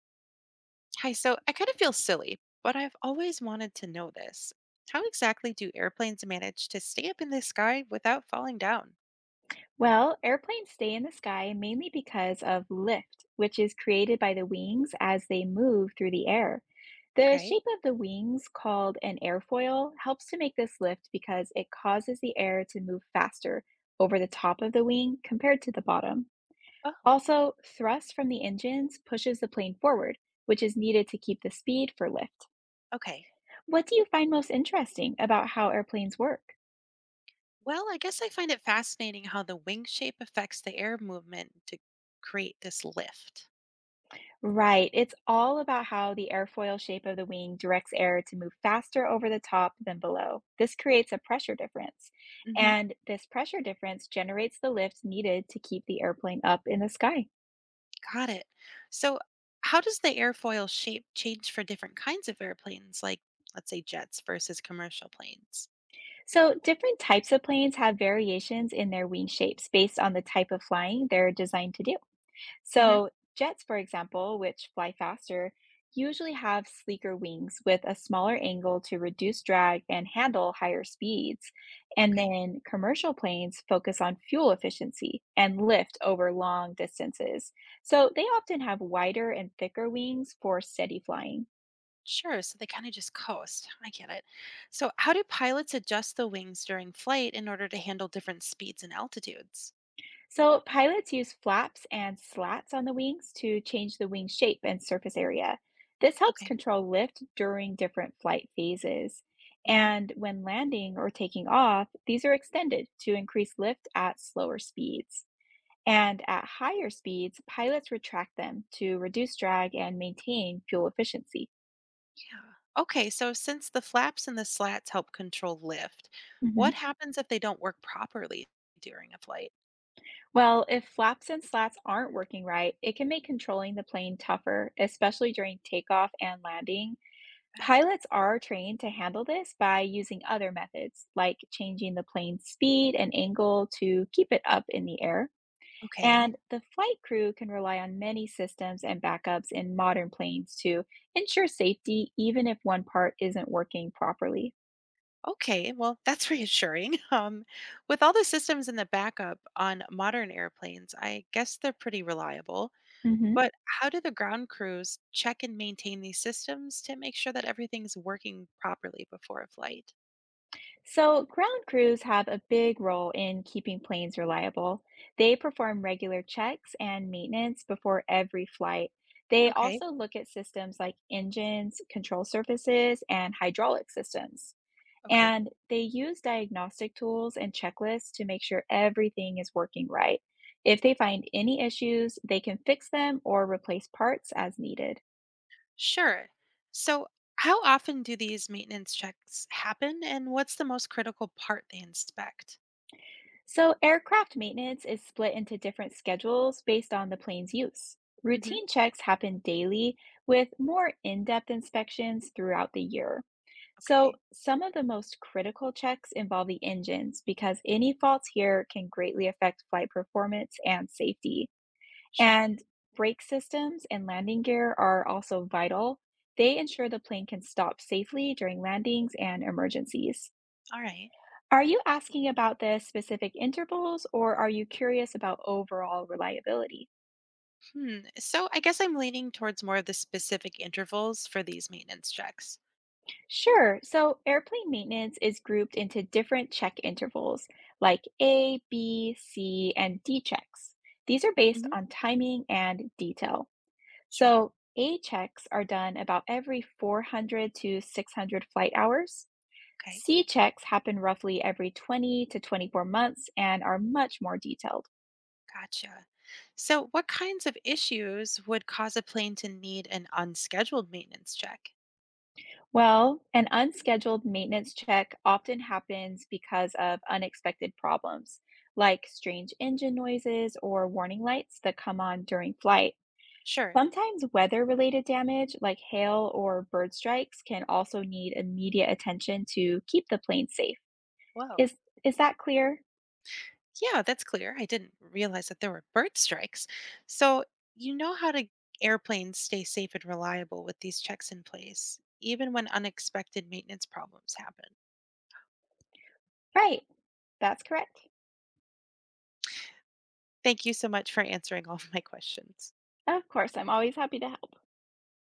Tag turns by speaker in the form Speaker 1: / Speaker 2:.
Speaker 1: Hi, so I kind of feel silly, but I've always wanted to know this. How exactly do airplanes manage to stay up in the sky without falling down?
Speaker 2: Well, airplanes stay in the sky mainly because of lift, which is created by the wings as they move through the air. The
Speaker 1: Okay.
Speaker 2: shape of the wings, called an airfoil, helps to make this lift because it causes the air to move faster over the top of the wing compared to the bottom.
Speaker 1: Oh,
Speaker 2: Also, thrust from the engines pushes the plane forward, which is needed to keep the speed for lift.
Speaker 1: okay.
Speaker 2: What do you find most interesting about how airplanes work?
Speaker 1: Well, I guess I find it fascinating how the wing shape affects the air movement to create this lift.
Speaker 2: Right. It's all about how the airfoil shape of the wing directs air to move faster over the top than below. This creates a pressure difference.
Speaker 1: Hmm.
Speaker 2: And this pressure difference generates the lift needed to keep the airplane up in the sky.
Speaker 1: Got it. So, how does the airfoil shape change for different kinds of airplanes, like, let's say, jets versus commercial planes?
Speaker 2: So, different types of planes have variations in their wing shapes based on the type of flying they're designed to do.
Speaker 1: Hmm.
Speaker 2: So, jets, for example, which fly faster, usually have sleeker wings with a smaller angle to reduce drag and handle higher speeds. And
Speaker 1: Okay.
Speaker 2: then commercial planes focus on fuel efficiency and lift over long distances. So, they often have wider and thicker wings for steady flying.
Speaker 1: Sure, so they kind of just coast. I get it. So, how do pilots adjust the wings during flight in order to handle different speeds and altitudes?
Speaker 2: So, pilots use flaps and slats on the wings to change the wing shape and surface area. This helps
Speaker 1: Okay.
Speaker 2: control lift during different flight phases.
Speaker 1: Hmm.
Speaker 2: And when landing or taking off, these are extended to increase lift at slower speeds. And at higher speeds, pilots retract them to reduce drag and maintain fuel efficiency.
Speaker 1: Yeah. Okay, so since the flaps and the slats help control lift,
Speaker 2: Mhm.
Speaker 1: what happens if they don't work properly during a flight?
Speaker 2: Well, if flaps and slats aren't working right, it can make controlling the plane tougher, especially during takeoff and landing.
Speaker 1: Bed.
Speaker 2: Pilots are trained to handle this by using other methods, like changing the plane's speed and angle to keep it up in the air.
Speaker 1: Okay.
Speaker 2: And the flight crew can rely on many systems and backups in modern planes to ensure safety, even if one part isn't working properly.
Speaker 1: Okay, well, that's reassuring. With all the systems in the backup on modern airplanes, I guess they're pretty reliable.
Speaker 2: Mhm.
Speaker 1: But how do the ground crews check and maintain these systems to make sure that everything's working properly before a flight?
Speaker 2: So, ground crews have a big role in keeping planes reliable. They perform regular checks and maintenance before every flight. They
Speaker 1: Okay,
Speaker 2: also look at systems like engines, control surfaces, and hydraulic systems.
Speaker 1: okay.
Speaker 2: And they use diagnostic tools and checklists to make sure everything is working right. If they find any issues, they can fix them or replace parts as needed.
Speaker 1: Sure. So, how often do these maintenance checks happen and what's the most critical part they inspect?
Speaker 2: So, aircraft maintenance is split into different schedules based on the plane's use.
Speaker 1: Mhm.
Speaker 2: Routine checks happen daily with more in depth inspections throughout the year. So,
Speaker 1: Okay.
Speaker 2: some of the most critical checks involve the engines because any faults here can greatly affect flight performance and safety.
Speaker 1: Sure.
Speaker 2: And brake systems and landing gear are also vital. They ensure the plane can stop safely during landings and emergencies.
Speaker 1: All right.
Speaker 2: Are you asking about the specific intervals or are you curious about overall reliability?
Speaker 1: Hmm. So, I guess I'm leaning towards more of the specific intervals for these maintenance checks.
Speaker 2: Sure. So airplane maintenance is grouped into different check intervals like A, B, C, and D checks. These are based
Speaker 1: Mhm.
Speaker 2: on timing and detail.
Speaker 1: Sure.
Speaker 2: So A checks are done about every 400 to 600 flight hours.
Speaker 1: Okay.
Speaker 2: C checks happen roughly every 20 to 24 months and are much more detailed.
Speaker 1: Gotcha. So, what kinds of issues would cause a plane to need an unscheduled maintenance check?
Speaker 2: Well, an unscheduled maintenance check often happens because of unexpected problems, like strange engine noises or warning lights that come on during flight.
Speaker 1: Sure.
Speaker 2: Sometimes weather related damage, like hail or bird strikes, can also need immediate attention to keep the plane safe.
Speaker 1: Whoa.
Speaker 2: Is, is that clear?
Speaker 1: Yeah, that's clear. I didn't realize that there were bird strikes. So, you know how to airplanes stay safe and reliable with these checks in place, even when unexpected maintenance problems happen.
Speaker 2: Right, that's correct.
Speaker 1: Thank you so much for answering all of my questions.
Speaker 2: Of course, I'm always happy to